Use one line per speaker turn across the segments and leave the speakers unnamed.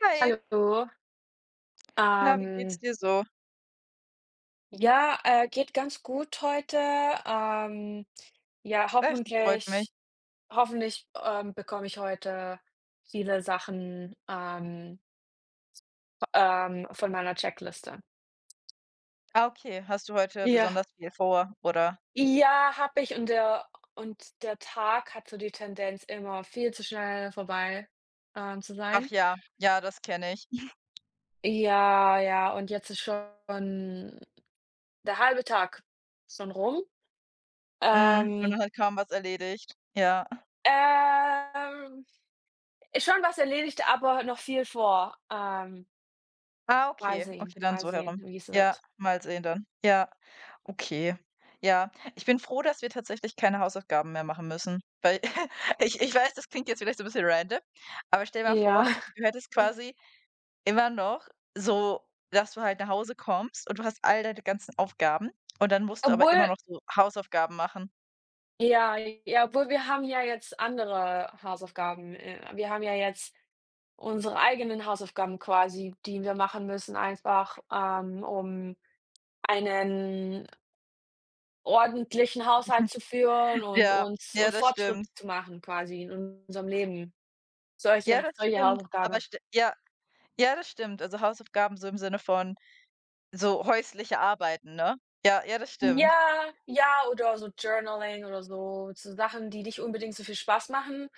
Hi,
Hallo.
na, wie geht's
Ähm,
dir so?
ja, geht ganz gut heute. Ähm, ja,
Das freut mich.
hoffentlich bekomme ich heute viele Sachen, von meiner Checkliste.
Ah, okay, hast du heute
Ja.
besonders viel vor, oder?
Ja, habe ich, und der Tag hat so die Tendenz, immer viel zu schnell vorbei, ähm, zu
Ach
sein.
ja, ja, das kenne ich.
Ja, ja, und jetzt ist schon der halbe Tag schon rum.
Mhm, und
Ähm,
dann hat kaum was erledigt. Ja.
ähm Ist schon was erledigt, aber noch viel vor.
Ah,
Mal
okay,
sehen,
okay, dann
mal
so
sehen,
herum.
wie es
Ja,
wird.
mal sehen dann. Ja, okay. Ja, ich bin froh, dass wir tatsächlich keine Hausaufgaben mehr machen müssen, weil ich weiß, das klingt jetzt vielleicht so ein bisschen random, aber stell mal
Ja,
vor, du hättest quasi immer noch so, dass du halt nach Hause kommst und du hast all deine ganzen Aufgaben und dann musst du aber
obwohl,
immer noch so Hausaufgaben machen.
ja, ja, obwohl, wir haben ja jetzt andere Hausaufgaben. Wir haben ja jetzt unsere eigenen Hausaufgaben quasi, die wir machen müssen einfach, um einen ordentlichen Haushalt zu führen und
Ja,
uns
ja,
und
das
Fortschritt
stimmt.
zu machen quasi in unserem Leben.
Ja,
Solche
das
solche
stimmt, aber
Hausaufgaben.
st ja, ja, das stimmt. Also, Hausaufgaben so im Sinne von so häusliche Arbeiten, ne? Ja, ja, das stimmt.
Ja, ja, oder so Journaling oder so, so Sachen, die nicht unbedingt so viel Spaß machen.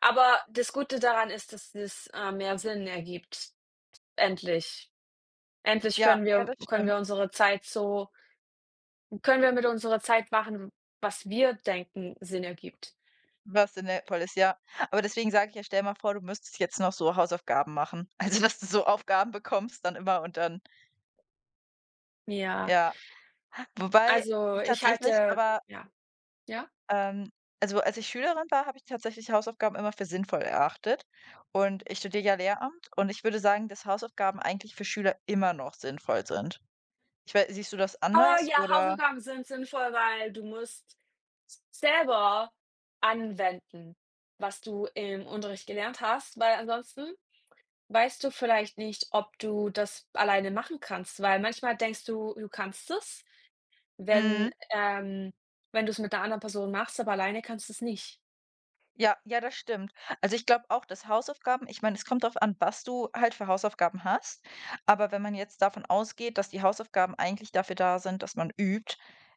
Aber das Gute daran ist, dass es, mehr Sinn ergibt. Endlich. Endlich
Ja,
können
ja,
wir
das
können
stimmt,
wir unsere Zeit so können wir mit unserer Zeit machen, was wir denken, Sinn ergibt.
was in der ist, ja. Aber deswegen sage ich ja, stell mal vor, du müsstest jetzt noch so Hausaufgaben machen. Also, dass du so Aufgaben bekommst dann immer und dann
Ja,
ja. Wobei
also
ich
ich
tatsächlich
halte,
aber
ja, ja?
Ähm, also als ich Schülerin war, habe ich tatsächlich Hausaufgaben immer für sinnvoll erachtet, und ich studiere ja Lehramt und ich würde sagen, dass Hausaufgaben eigentlich für Schüler immer noch sinnvoll sind. Ich wei Siehst du das
Aber
anders
ja,
oder
Hausaufgaben sind sinnvoll, weil du musst selber anwenden, was du im Unterricht gelernt hast, weil ansonsten weißt du vielleicht nicht, ob du das alleine machen kannst, weil manchmal denkst du, du kannst es, wenn
mhm?
ähm, wenn du es mit einer anderen Person machst, aber alleine kannst du es nicht.
Ja, ja, das stimmt. Also ich glaube auch, dass Hausaufgaben, ich meine, es kommt darauf an, was du halt für Hausaufgaben hast, aber wenn man jetzt davon ausgeht, dass die Hausaufgaben eigentlich dafür da sind, dass man übt,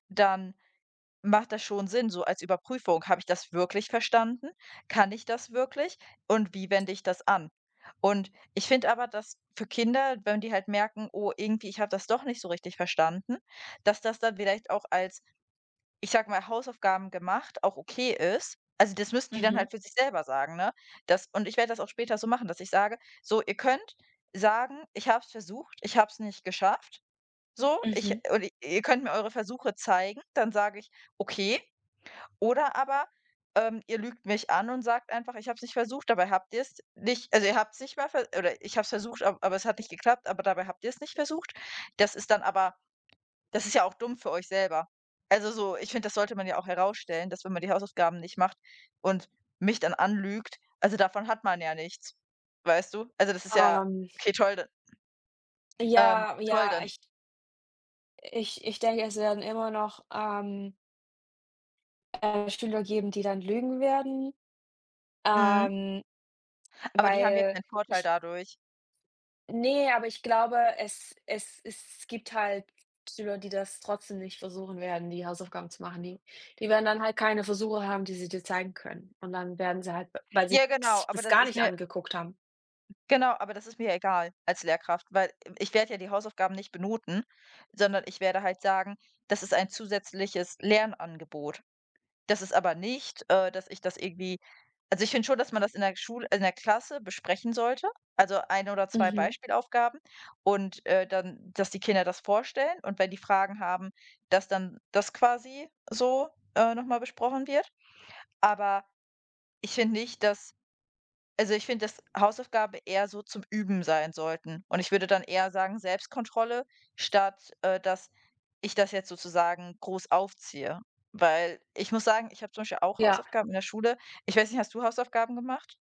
dann macht das schon Sinn, so als Überprüfung: „Habe ich das wirklich verstanden? Kann ich das wirklich? Und wie wende ich das an?" Und ich finde aber, dass für Kinder, wenn die halt merken: „Oh, irgendwie, ich habe das doch nicht so richtig verstanden", dass das dann vielleicht auch als, ich sag mal, Hausaufgaben gemacht auch okay ist. Also, das müssen die dann
Mhm,
halt für sich selber sagen, ne? Das, und ich werde das auch später so machen, dass ich sage: „So, ihr könnt sagen: „Ich habe es versucht, ich habe es nicht geschafft." So, ich
mhm.
und ihr könnt mir eure Versuche zeigen." Dann sage ich: „Okay." Oder aber, ihr lügt mich an und sagt einfach: „Ich habe es nicht versucht", dabei habt ihr es nicht, also, ihr habt es nicht mal ver oder ich habe es versucht, ab aber es hat nicht geklappt, aber dabei habt ihr es nicht versucht. Das ist dann aber, das ist ja auch dumm für euch selber. Also, so ich finde, das sollte man ja auch herausstellen, dass wenn man die Hausaufgaben nicht macht und mich dann anlügt, also, davon hat man ja nichts, weißt du? Also, das ist ja
Ähm,
okay, toll dann,
ja,
toll
ja,
dann.
ich denke, es werden immer noch, Schüler geben, die dann lügen werden,
Mhm.
ähm,
Aber die haben ja
weil
keinen Vorteil
ich
dadurch.
Ne, aber ich glaube, es gibt halt Schüler, die das trotzdem nicht versuchen werden, die Hausaufgaben zu machen. Die werden dann halt keine Versuche haben, die sie dir zeigen können. Und dann werden sie halt, w weil sie
Ja, genau,
s
aber
das
das
gar
ist
nicht
mir,
angeguckt haben.
genau, aber das ist mir ja egal als Lehrkraft, weil ich werde ja die Hausaufgaben nicht benoten, sondern ich werde halt sagen, das ist ein zusätzliches Lernangebot. Das ist aber nicht, dass ich das irgendwie, also ich finde schon, dass man das in der Schule, in der Klasse besprechen sollte, also 1 oder zwei
Mhm.
Beispielaufgaben, und, dann dass die Kinder das vorstellen und wenn die Fragen haben, dass dann das quasi so, noch mal besprochen wird. Aber ich finde nicht, dass, also, ich finde, dass Hausaufgaben eher so zum Üben sein sollten. Und ich würde dann eher sagen Selbstkontrolle, statt, dass ich das jetzt sozusagen groß aufziehe. Weil ich muss sagen, ich habe zum Beispiel auch
Ja,
Hausaufgaben in der Schule. Ich weiß nicht, hast du Hausaufgaben gemacht?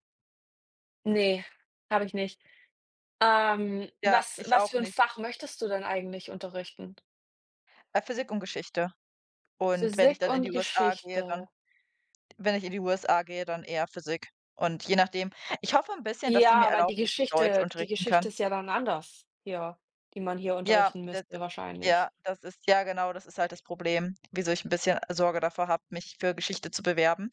ne, habe ich nicht.
Ja,
Was
ich
was
auch
für 'n
nicht.
Fach möchtest du denn eigentlich unterrichten?
Physik und Geschichte. Und wenn ich
Physik
dann in die
und
USA gehe, dann,
Geschichte.
wenn ich in die USA gehe, dann eher Physik. Und je nachdem, ich hoffe ein bisschen, dass sie mir
Ja, weil die
erlauben, dass ich Deutsch
Geschichte die
unterrichten
Geschichte
kann.
ist ja dann anders hier, die man hier
Ja,
unterrichten
d
müsste
ja,
wahrscheinlich.
das ist ja, genau, das ist halt das Problem, wieso ich ein bisschen Sorge davor habe, mich für Geschichte zu bewerben.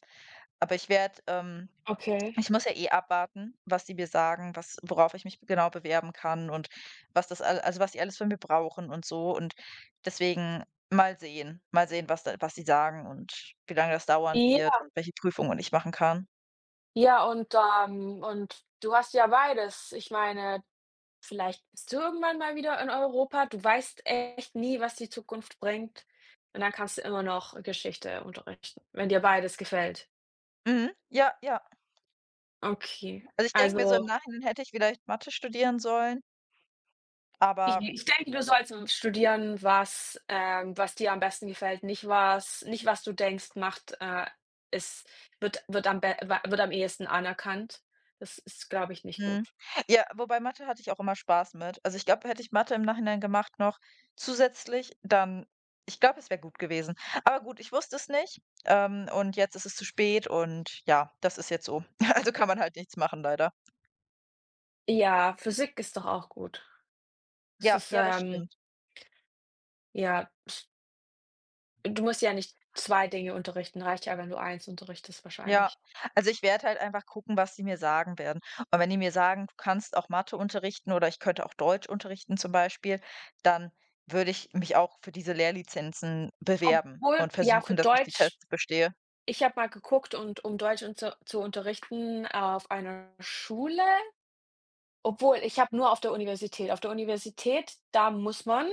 Aber ich werde,
Okay.
ich muss ja eh abwarten, was die mir sagen, was, worauf ich mich genau bewerben kann und was das also, was die alles von mir brauchen und so. Und deswegen mal sehen, mal sehen, was sie sagen und wie lange das dauern wird und welche Prüfungen ich machen kann.
Ja, und du hast ja beides. Ich meine, vielleicht bist du irgendwann mal wieder in Europa. Du weißt echt nie, was die Zukunft bringt. Und dann kannst du immer noch Geschichte unterrichten, wenn dir beides gefällt.
Mhm, ja, ja.
Okay.
Also, ich denke mir so im
Also,
Nachhinein, hätte ich vielleicht Mathe studieren sollen,
ich
aber
ich denke, du sollst studieren, was, was dir am besten gefällt, nicht was, nicht was du denkst, macht, ist wird am ehesten anerkannt. Das ist, glaube ich, nicht
mhm.
gut.
Ja, wobei Mathe hatte ich auch immer Spaß mit. Also, ich glaube, hätte ich Mathe im Nachhinein gemacht, noch zusätzlich, dann, ich glaube, es wäre gut gewesen. Aber gut, ich wusste es nicht, und jetzt ist es zu spät und ja, das ist jetzt so. Also, kann man halt nichts machen leider.
Ja, Physik ist doch auch gut. Es
Ja,
ist,
ja, das stimmt.
Ja, du musst ja nicht 2 Dinge unterrichten, reicht ja, wenn du eins unterrichtest
Ja.
wahrscheinlich.
Also, ich werde halt einfach gucken, was die mir sagen werden. Und wenn die mir sagen: „Du kannst auch Mathe unterrichten" oder ich könnte auch Deutsch unterrichten zum Beispiel, dann würde ich mich auch für diese Lehrlizenzen bewerben
Obwohl,
und
ja, für
versuchen, dass ich die
Deutsch,
Tests bestehe.
ich habe mal geguckt, und um Deutsch un zu unterrichten, auf einer Schule, obwohl, ich habe nur auf der Universität, da muss man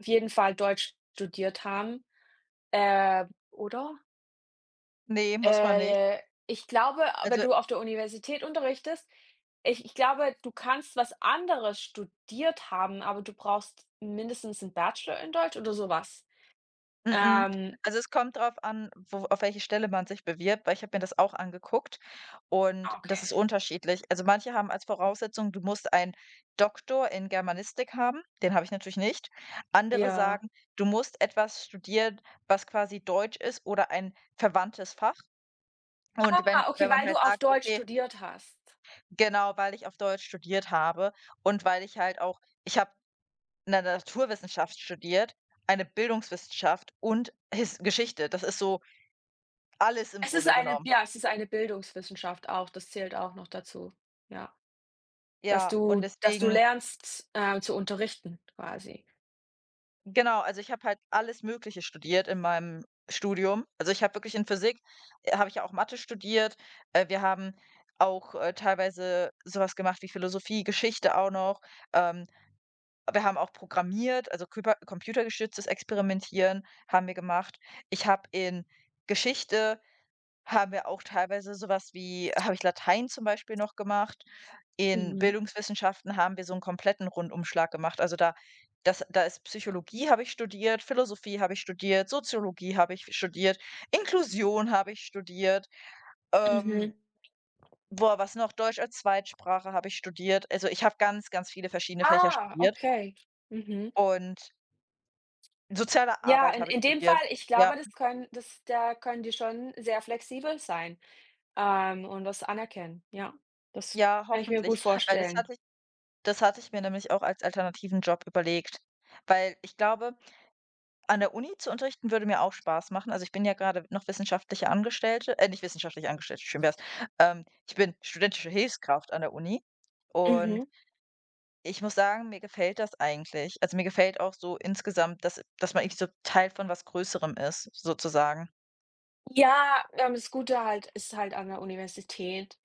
auf jeden Fall Deutsch studiert haben, äh, oder?
Ne, muss man nicht.
Äh, Ich glaube, wenn
Also,
du auf der Universität unterrichtest, ich glaube, du kannst was anderes studiert haben, aber du brauchst mindestens 'n Bachelor in Deutsch oder sowas.
m m.
Ähm
Also, es kommt drauf an, wo, auf welche Stelle man sich bewirbt, weil ich habe mir das auch angeguckt und
Ah,
das
okay.
ist unterschiedlich. Also, manche haben als Voraussetzung, du musst einen Doktor in Germanistik haben, den habe ich natürlich nicht. Andere
Ja.
sagen, du musst etwas studieren, was quasi Deutsch ist oder ein verwandtes Fach. Und wenn
Ah,
wenn
okay,
man
weil du
halt
auf
sagt:
Deutsch
„Okay",
studiert hast.
genau, weil ich auf Deutsch studiert habe und weil ich halt auch, ich habe eine Naturwissenschaft studiert, eine Bildungswissenschaft und His Geschichte. Das ist so alles im
Es ist
Grunde
eine,
genommen.
ja, es ist eine Bildungswissenschaft auch, das zählt auch noch dazu. Ja, dass
Ja, und
du dass du
deswegen,
lernst, zu unterrichten quasi.
genau, also ich habe halt alles Mögliche studiert in meinem Studium. Also, ich habe wirklich in Physik, habe ich ja auch Mathe studiert. Wir haben auch, teilweise so was gemacht wie Philosophie, Geschichte auch noch. Ähm, Wir haben auch programmiert, also küper computergestütztes Experimentieren haben wir gemacht. Ich habe in Geschichte, haben wir auch teilweise sowas wie, habe ich Latein zum Beispiel noch gemacht. In
Mhm,
Bildungswissenschaften haben wir so einen kompletten Rundumschlag gemacht. Also, da, das da ist, Psychologie habe ich studiert, Philosophie habe ich studiert, Soziologie habe ich studiert, Inklusion habe ich studiert, ähm,
mhm.
boah, was noch? Deutsch als Zweitsprache habe ich studiert. Also, ich habe ganz, ganz viele verschiedene Fächer
Ah,
studiert
okay. Mhm.
und soziale
Ja,
Arbeit habe ich
in dem Fall,
studiert.
ich
Ja,
glaube, das können, das da können die schon sehr flexibel sein, und das anerkennen. Ja, das
ja,
kann ich mir
hoffentlich,
gut
weil
vorstellen.
das hatte ich mir nämlich auch als alternativen Job überlegt, weil ich glaube, an der Uni zu unterrichten würde mir auch Spaß machen. Also, ich bin ja gerade noch wissenschaftliche Angestellte, nicht wissenschaftliche Angestellte, schön wär's. Ich bin studentische Hilfskraft an der Uni und
Mhm.
ich muss sagen, mir gefällt das eigentlich. Also, mir gefällt auch so insgesamt, dass man irgendwie so Teil von was Größerem ist, sozusagen.
Ja, das Gute halt ist halt an der Universität,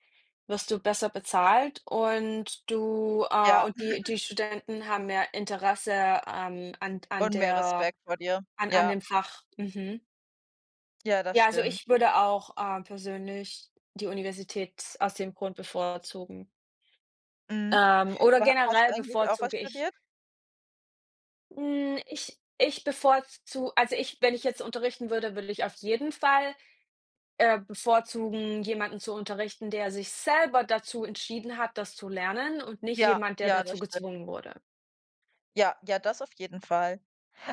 wirst du besser bezahlt, und du,
Ja,
und die die Studenten haben mehr Interesse, an an
und mehr
der
Respekt vor dir.
an an
Ja,
dem Fach. Mhm.
ja, das
Ja, also
stimmt.
ich würde auch, persönlich die Universität aus dem Grund bevorzugen.
Mhm.
Oder
Aber hast du
generell
eigentlich auch was
bevorzuge ich,
studiert?
ich bevorzu, also, ich, wenn ich jetzt unterrichten würde, würde ich auf jeden Fall, bevorzugen, jemanden zu unterrichten, der sich selber dazu entschieden hat, das zu lernen und nicht
Ja,
jemand, der
ja, das
dazu gezwungen wurde.
Ja, ja, das auf jeden Fall.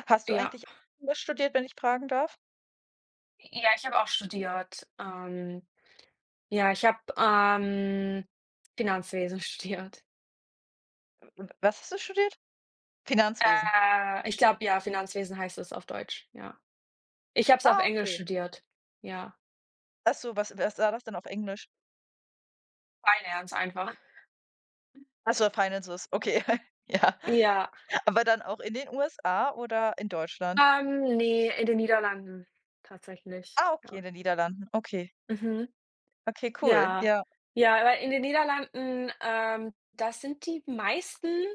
Hast du
Ja.
eigentlich was studiert, wenn ich fragen darf?
Ja, ich habe auch studiert. Ja, ich habe, Finanzwesen studiert.
W was hast du studiert? Finanzwesen.
Ich glaube, ja, Finanzwesen heißt es auf Deutsch, ja. Ich habe es auf
Ah,
Englisch
okay.
studiert. Ja,
Ach so, was war das denn auf Englisch?
Finance einfach.
Ach so, Finances, okay. Ja,
Ja.
aber dann auch in den USA oder in Deutschland?
Ne, in den Niederlanden tatsächlich,
Ah, okay,
ja.
in den Niederlanden. Okay.
Mhm.
Okay, cool.
Ja.
Ja.
Ja, aber in den Niederlanden, da sind die meisten,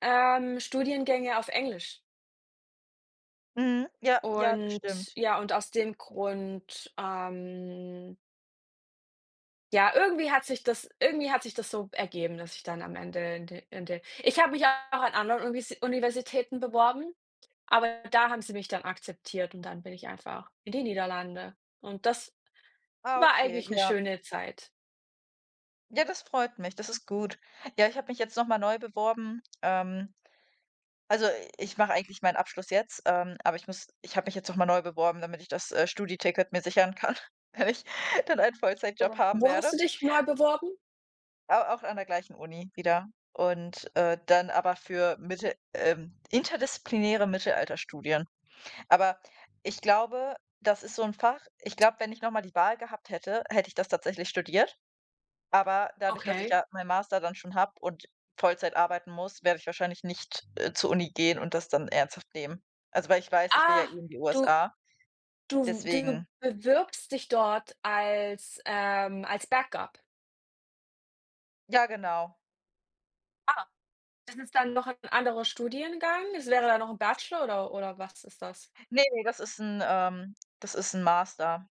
Studiengänge auf Englisch.
Mhm. Ja, ja, das
Und
stimmt.
ja, und aus dem Grund, ja, irgendwie hat sich das so ergeben, dass ich dann am Ende in de ich habe mich auch an anderen Universitäten beworben, aber da haben sie mich dann akzeptiert und dann bin ich einfach in die Niederlande. Und das
Ah,
war
okay,
eigentlich 'ne
ja.
schöne Zeit.
Ja, das freut mich, das ist gut. Ja, ich habe mich jetzt noch mal neu beworben, also, ich mache eigentlich meinen Abschluss jetzt, aber ich habe mich jetzt noch mal neu beworben, damit ich das, studi mir sichern kann, wenn ich dann einen
Äh,
Vollzeitjob haben
Wo
werde,
hast du dich neu beworben?
aber auch an der gleichen Uni wieder. Und, dann aber für Mitte interdisziplinäre Mittelalterstudien. Aber ich glaube, das ist so ein Fach, ich glaube, wenn ich noch mal die Wahl gehabt hätte, hätte ich das tatsächlich studiert. Aber dadurch, dass ich
Okay.
ja meinen Master dann schon habe und Vollzeit arbeiten muss, werde ich wahrscheinlich nicht, zur Uni gehen und das dann ernsthaft nehmen. Also, weil ich weiß, ich will ja
Ah,
eh in die
du
USA,
du
deswegen,
bewirbst dich dort als, als Backup.
ja, genau.
Ah. Das ist dann noch 'n anderer Studiengang? Das wäre dann noch 'n Bachelor oder was ist das?
Ne, ne, das ist ein Master,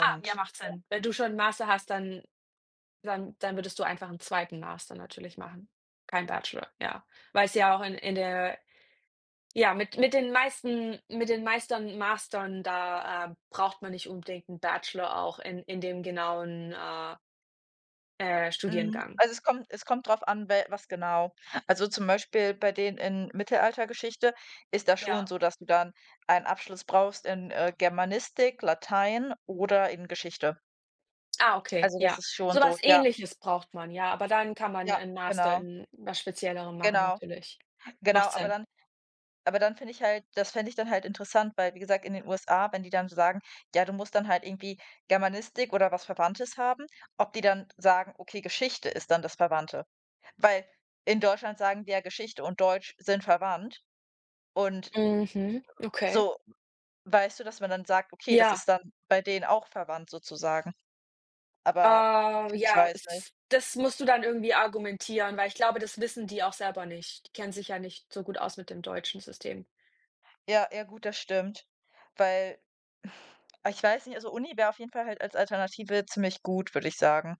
Ah, ja, macht Sinn. Wenn du schon 'n Master hast, dann dann würdest du einfach 'n zweiten Master natürlich machen. Kein Bachelor, ja. Weil's ja auch in der, ja, mit den meisten mit den Meistern Mastern, da, braucht man nicht unbedingt einen Bachelor auch in dem genauen,
mhm,
Studiengang.
also, es kommt drauf an, wel was genau. Also, zum Beispiel bei denen in Mittelaltergeschichte ist das schon
Ja.
so, dass du dann einen Abschluss brauchst in, Germanistik, Latein oder in Geschichte.
Ah, okay,
Also, das
ja.
ist schon
So
so,
was
ja,
Ähnliches braucht man, ja, aber dann kann man
ja,
einen Master
genau.
in was Speziellerem machen
Genau,
natürlich.
genau,
Macht
aber
Sinn.
dann, finde ich halt, das fände ich dann halt interessant, weil, wie gesagt, in den USA, wenn die dann so sagen: „Ja, du musst dann halt irgendwie Germanistik oder was Verwandtes haben", ob die dann sagen: „Okay, Geschichte ist dann das Verwandte." Weil in Deutschland sagen wir ja, Geschichte und Deutsch sind verwandt und
Mhm, okay.
so, weißt du, dass man dann sagt: „Okay, das
Ja,
ist dann bei denen auch verwandt sozusagen." Aber ich
ja,
weiß nicht.
s das musst du dann irgendwie argumentieren, weil ich glaube, das wissen die auch selber nicht. Die kennen sich ja nicht so gut aus mit dem deutschen System.
Ja, ja, gut, das stimmt, weil ich weiß nicht, also, Uni wäre auf jeden Fall halt als Alternative ziemlich gut, würde ich sagen.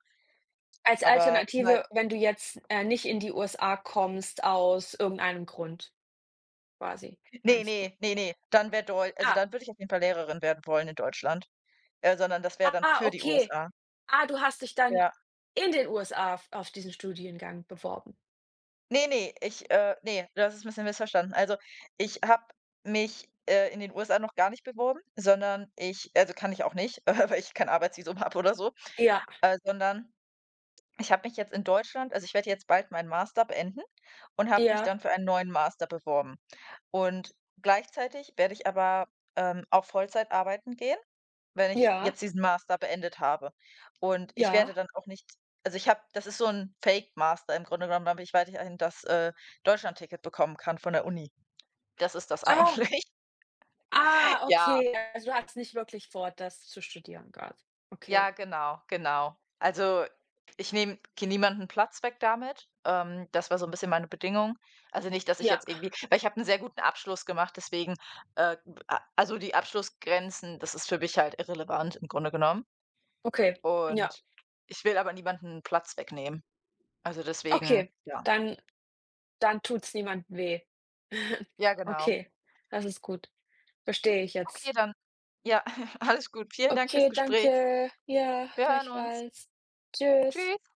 Als
Aber mal
Alternative, wenn du jetzt, nicht in die USA kommst aus irgendeinem Grund quasi,
Ne,
meinst du?
ne, ne, ne, dann wäre Deu also,
Ah,
dann würde ich auf jeden Fall Lehrerin werden wollen in Deutschland, sondern das wäre dann
ah,
für die
okay.
USA.
Ah, du hast dich dann
Ja.
in den USA f auf diesen Studiengang beworben?
Ne, ne, ich ne, du hast es 'n bisschen missverstanden. Also, ich habe mich, in den USA noch gar nicht beworben, sondern ich, also, kann ich auch nicht, weil ich kein Arbeitsvisum habe oder so,
Ja,
sondern ich habe mich jetzt in Deutschland, also, ich werde jetzt bald meinen Master beenden und habe mich
ja,
dann für einen neuen Master beworben. Und gleichzeitig werde ich aber, auch Vollzeit arbeiten gehen, wenn ich
ja,
jetzt diesen Master beendet habe. Und ich werde
ja.
dann auch nicht, also ich habe das ist so ein Fake-Master im Grunde genommen, damit ich weiterhin das, ticket bekommen kann von der Uni. Das ist das
Oh,
eigentlich.
ah,
Ja,
okay. Also, du hast nicht wirklich vor, das zu studieren gerade. Okay.
ja, genau, genau. Also, ich nehme niemanden Platz weg damit. Das war so ein bisschen meine Bedingung. Also nicht, dass ich
Ja,
jetzt irgendwie, weil ich habe einen sehr guten Abschluss gemacht, deswegen, äh, a also die Abschlussgrenzen, das ist für mich halt irrelevant im Grunde genommen.
okay. Ja,
Und ich will aber niemanden Platz wegnehmen. Also, deswegen.
okay.
Ja.
Dann dann tut's niemandem weh.
Ja, genau.
Okay, das ist gut. Verstehe ich
Okay,
jetzt.
dann, ja, alles gut. Vielen Dank fürs
Okay,
Gespräch.
danke. Ja,
Wir hören uns.
gleichfalls. Tschüss.
Tschüss.